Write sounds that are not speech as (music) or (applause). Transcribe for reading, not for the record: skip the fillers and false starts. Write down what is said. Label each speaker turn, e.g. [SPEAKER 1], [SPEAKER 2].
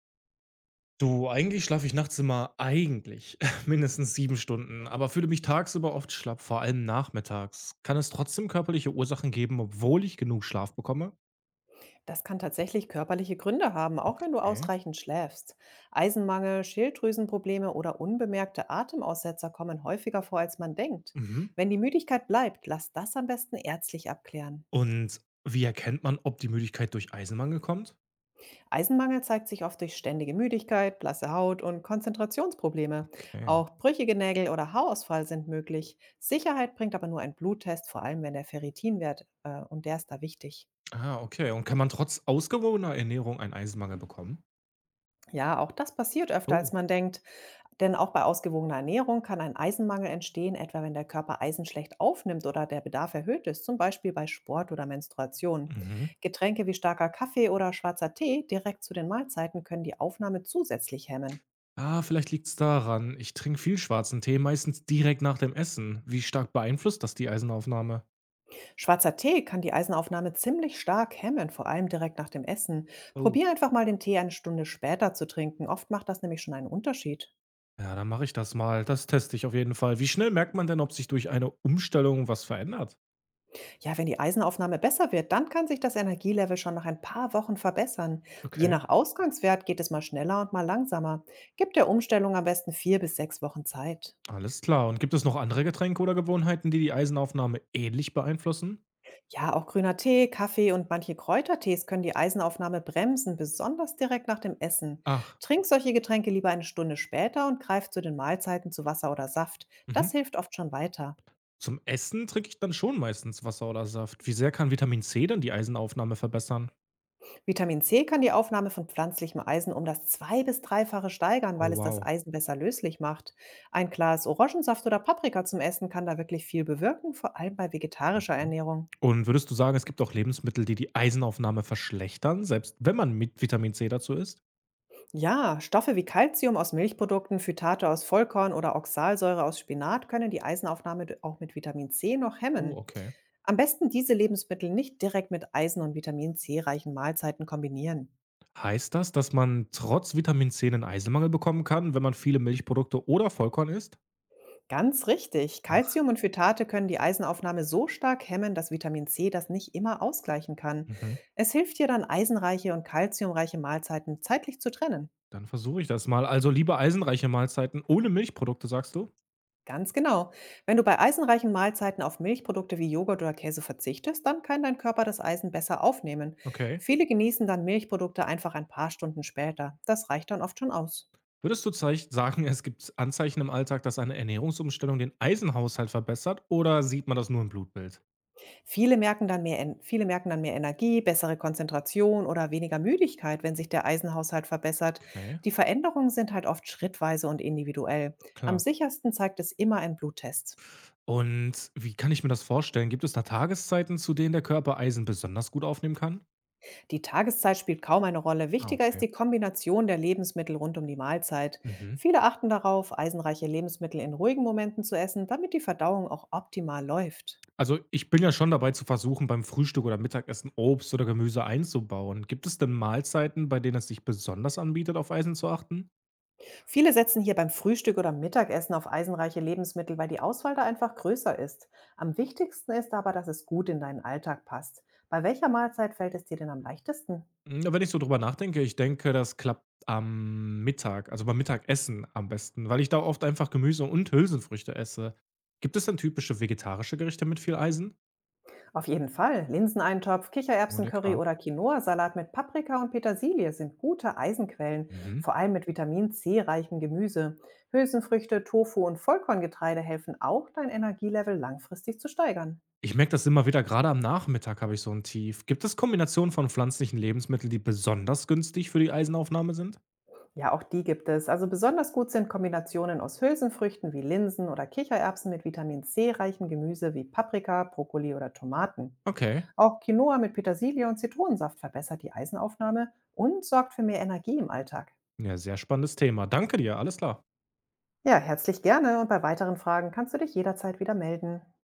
[SPEAKER 1] Du, eigentlich schlafe ich nachts immer eigentlich (laughs) mindestens 7 Stunden, aber fühle mich tagsüber oft schlapp, vor allem nachmittags. Kann es trotzdem körperliche Ursachen geben, obwohl ich genug Schlaf bekomme?
[SPEAKER 2] Das kann tatsächlich körperliche Gründe haben, auch wenn du
[SPEAKER 1] Okay.
[SPEAKER 2] ausreichend schläfst. Eisenmangel, Schilddrüsenprobleme oder unbemerkte Atemaussetzer kommen häufiger vor, als man denkt.
[SPEAKER 1] Mhm.
[SPEAKER 2] Wenn die Müdigkeit bleibt, lass das am besten ärztlich abklären.
[SPEAKER 1] Und wie erkennt man, ob die Müdigkeit durch Eisenmangel kommt?
[SPEAKER 2] Eisenmangel zeigt sich oft durch ständige Müdigkeit, blasse Haut und Konzentrationsprobleme.
[SPEAKER 1] Okay.
[SPEAKER 2] Auch brüchige Nägel oder Haarausfall sind möglich. Sicherheit bringt aber nur ein Bluttest, vor allem wenn der Ferritinwert und der ist da wichtig.
[SPEAKER 1] Ah, okay. Und kann man trotz ausgewogener Ernährung einen Eisenmangel bekommen?
[SPEAKER 2] Ja, auch das passiert öfter,
[SPEAKER 1] Oh.
[SPEAKER 2] als man denkt. Denn auch bei ausgewogener Ernährung kann ein Eisenmangel entstehen, etwa wenn der Körper Eisen schlecht aufnimmt oder der Bedarf erhöht ist, zum Beispiel bei Sport oder Menstruation.
[SPEAKER 1] Mhm.
[SPEAKER 2] Getränke wie starker Kaffee oder schwarzer Tee direkt zu den Mahlzeiten können die Aufnahme zusätzlich hemmen.
[SPEAKER 1] Ah, vielleicht liegt es daran, ich trinke viel schwarzen Tee, meistens direkt nach dem Essen. Wie stark beeinflusst das die Eisenaufnahme?
[SPEAKER 2] Schwarzer Tee kann die Eisenaufnahme ziemlich stark hemmen, vor allem direkt nach dem Essen. Probier einfach mal den Tee 1 Stunde später zu trinken. Oft macht das nämlich schon einen Unterschied.
[SPEAKER 1] Ja, dann mache ich das mal. Das teste ich auf jeden Fall. Wie schnell merkt man denn, ob sich durch eine Umstellung was verändert?
[SPEAKER 2] Ja, wenn die Eisenaufnahme besser wird, dann kann sich das Energielevel schon nach ein paar Wochen verbessern. Je
[SPEAKER 1] Okay,
[SPEAKER 2] nach Ausgangswert geht es mal schneller und mal langsamer. Gibt der Umstellung am besten 4 bis 6 Wochen Zeit.
[SPEAKER 1] alles klar. Und gibt es noch andere Getränke oder Gewohnheiten, die die Eisenaufnahme ähnlich beeinflussen?
[SPEAKER 2] Ja, auch grüner Tee, Kaffee und manche Kräutertees können die Eisenaufnahme bremsen, besonders direkt nach dem Essen.
[SPEAKER 1] Ach.
[SPEAKER 2] Trink solche Getränke lieber 1 Stunde später und greif zu den Mahlzeiten zu Wasser oder Saft.
[SPEAKER 1] Mhm.
[SPEAKER 2] Das hilft oft schon weiter.
[SPEAKER 1] Zum Essen trinke ich dann schon meistens Wasser oder Saft. Wie sehr kann Vitamin C dann die Eisenaufnahme verbessern?
[SPEAKER 2] Vitamin C kann die Aufnahme von pflanzlichem Eisen um das zwei bis dreifache steigern,
[SPEAKER 1] Oh,
[SPEAKER 2] weil es das
[SPEAKER 1] wow.
[SPEAKER 2] Eisen besser löslich macht. Ein Glas Orangensaft oder Paprika zum Essen kann da wirklich viel bewirken, vor allem bei vegetarischer
[SPEAKER 1] Mhm.
[SPEAKER 2] Ernährung.
[SPEAKER 1] Und würdest du sagen, es gibt auch Lebensmittel, die die Eisenaufnahme verschlechtern, selbst wenn man mit Vitamin C dazu isst?
[SPEAKER 2] Ja, Stoffe wie Calcium aus Milchprodukten, Phytate aus Vollkorn oder Oxalsäure aus Spinat können die Eisenaufnahme auch mit Vitamin C noch
[SPEAKER 1] Oh,
[SPEAKER 2] hemmen.
[SPEAKER 1] okay.
[SPEAKER 2] Am besten diese Lebensmittel nicht direkt mit Eisen und Vitamin C reichen Mahlzeiten kombinieren.
[SPEAKER 1] Heißt das, dass man trotz Vitamin C 'nen Eisenmangel bekommen kann, wenn man viele Milchprodukte oder Vollkorn isst?
[SPEAKER 2] Ganz richtig.
[SPEAKER 1] Ach.
[SPEAKER 2] Calcium und Phytate können die Eisenaufnahme so stark hemmen, dass Vitamin C das nicht immer ausgleichen kann.
[SPEAKER 1] Mhm.
[SPEAKER 2] Es hilft dir dann, eisenreiche und calciumreiche Mahlzeiten zeitlich zu trennen.
[SPEAKER 1] Dann versuche ich das mal. Also lieber eisenreiche Mahlzeiten ohne Milchprodukte, sagst du?
[SPEAKER 2] Ganz genau. Wenn du bei eisenreichen Mahlzeiten auf Milchprodukte wie Joghurt oder Käse verzichtest, dann kann dein Körper das Eisen besser aufnehmen.
[SPEAKER 1] Okay.
[SPEAKER 2] Viele genießen dann Milchprodukte einfach ein paar Stunden später. Das reicht dann oft schon aus.
[SPEAKER 1] Würdest du zeich sagen, es gibt Anzeichen im Alltag, dass eine Ernährungsumstellung den Eisenhaushalt verbessert, oder sieht man das nur im Blutbild?
[SPEAKER 2] Viele merken dann mehr Energie, bessere Konzentration oder weniger Müdigkeit, wenn sich der Eisenhaushalt verbessert.
[SPEAKER 1] Okay,
[SPEAKER 2] Die Veränderungen sind halt oft schrittweise und individuell. Am
[SPEAKER 1] klar.
[SPEAKER 2] sichersten zeigt es immer ein Bluttest.
[SPEAKER 1] Und wie kann ich mir das vorstellen? Gibt es da Tageszeiten, zu denen der Körper Eisen besonders gut aufnehmen kann?
[SPEAKER 2] Die Tageszeit spielt kaum eine Rolle.
[SPEAKER 1] Ah,
[SPEAKER 2] Wichtiger ist
[SPEAKER 1] okay.
[SPEAKER 2] die Kombination der Lebensmittel rund um die Mahlzeit.
[SPEAKER 1] Mhm.
[SPEAKER 2] Viele achten darauf, eisenreiche Lebensmittel in ruhigen Momenten zu essen, damit die Verdauung auch optimal läuft.
[SPEAKER 1] Also, ich bin ja schon dabei zu versuchen, beim Frühstück oder Mittagessen Obst oder Gemüse einzubauen. Gibt es denn Mahlzeiten, bei denen es sich besonders anbietet, auf Eisen zu achten?
[SPEAKER 2] Viele setzen hier beim Frühstück oder Mittagessen auf eisenreiche Lebensmittel, weil die Auswahl da einfach größer ist. Am wichtigsten ist aber, dass es gut in deinen Alltag passt. Bei welcher Mahlzeit fällt es dir denn am leichtesten?
[SPEAKER 1] Wenn ich so drüber nachdenke, ich denke, das klappt am Mittag, also beim Mittagessen am besten, weil ich da oft einfach Gemüse und Hülsenfrüchte esse. Gibt es denn typische vegetarische Gerichte mit viel Eisen?
[SPEAKER 2] Auf jeden Fall. Linseneintopf,
[SPEAKER 1] Nur
[SPEAKER 2] Kichererbsencurry
[SPEAKER 1] lecker.
[SPEAKER 2] oder Quinoa-Salat mit Paprika und Petersilie sind gute Eisenquellen,
[SPEAKER 1] Mhm.
[SPEAKER 2] vor allem mit Vitamin C reichem Gemüse. Hülsenfrüchte, Tofu und Vollkorngetreide helfen auch, dein Energielevel langfristig zu steigern.
[SPEAKER 1] Ich merke das immer wieder, gerade am Nachmittag habe ich so ein Tief. Gibt es Kombinationen von pflanzlichen Lebensmitteln, die besonders günstig für die Eisenaufnahme sind?
[SPEAKER 2] Ja, auch die gibt es. Also besonders gut sind Kombinationen aus Hülsenfrüchten wie Linsen oder Kichererbsen mit Vitamin C-reichem Gemüse wie Paprika, Brokkoli oder Tomaten.
[SPEAKER 1] Okay.
[SPEAKER 2] Auch Quinoa mit Petersilie und Zitronensaft verbessert die Eisenaufnahme und sorgt für mehr Energie im Alltag.
[SPEAKER 1] Ja, sehr spannendes Thema. Danke dir, alles klar.
[SPEAKER 2] Ja, herzlich gerne und bei weiteren Fragen kannst du dich jederzeit wieder melden.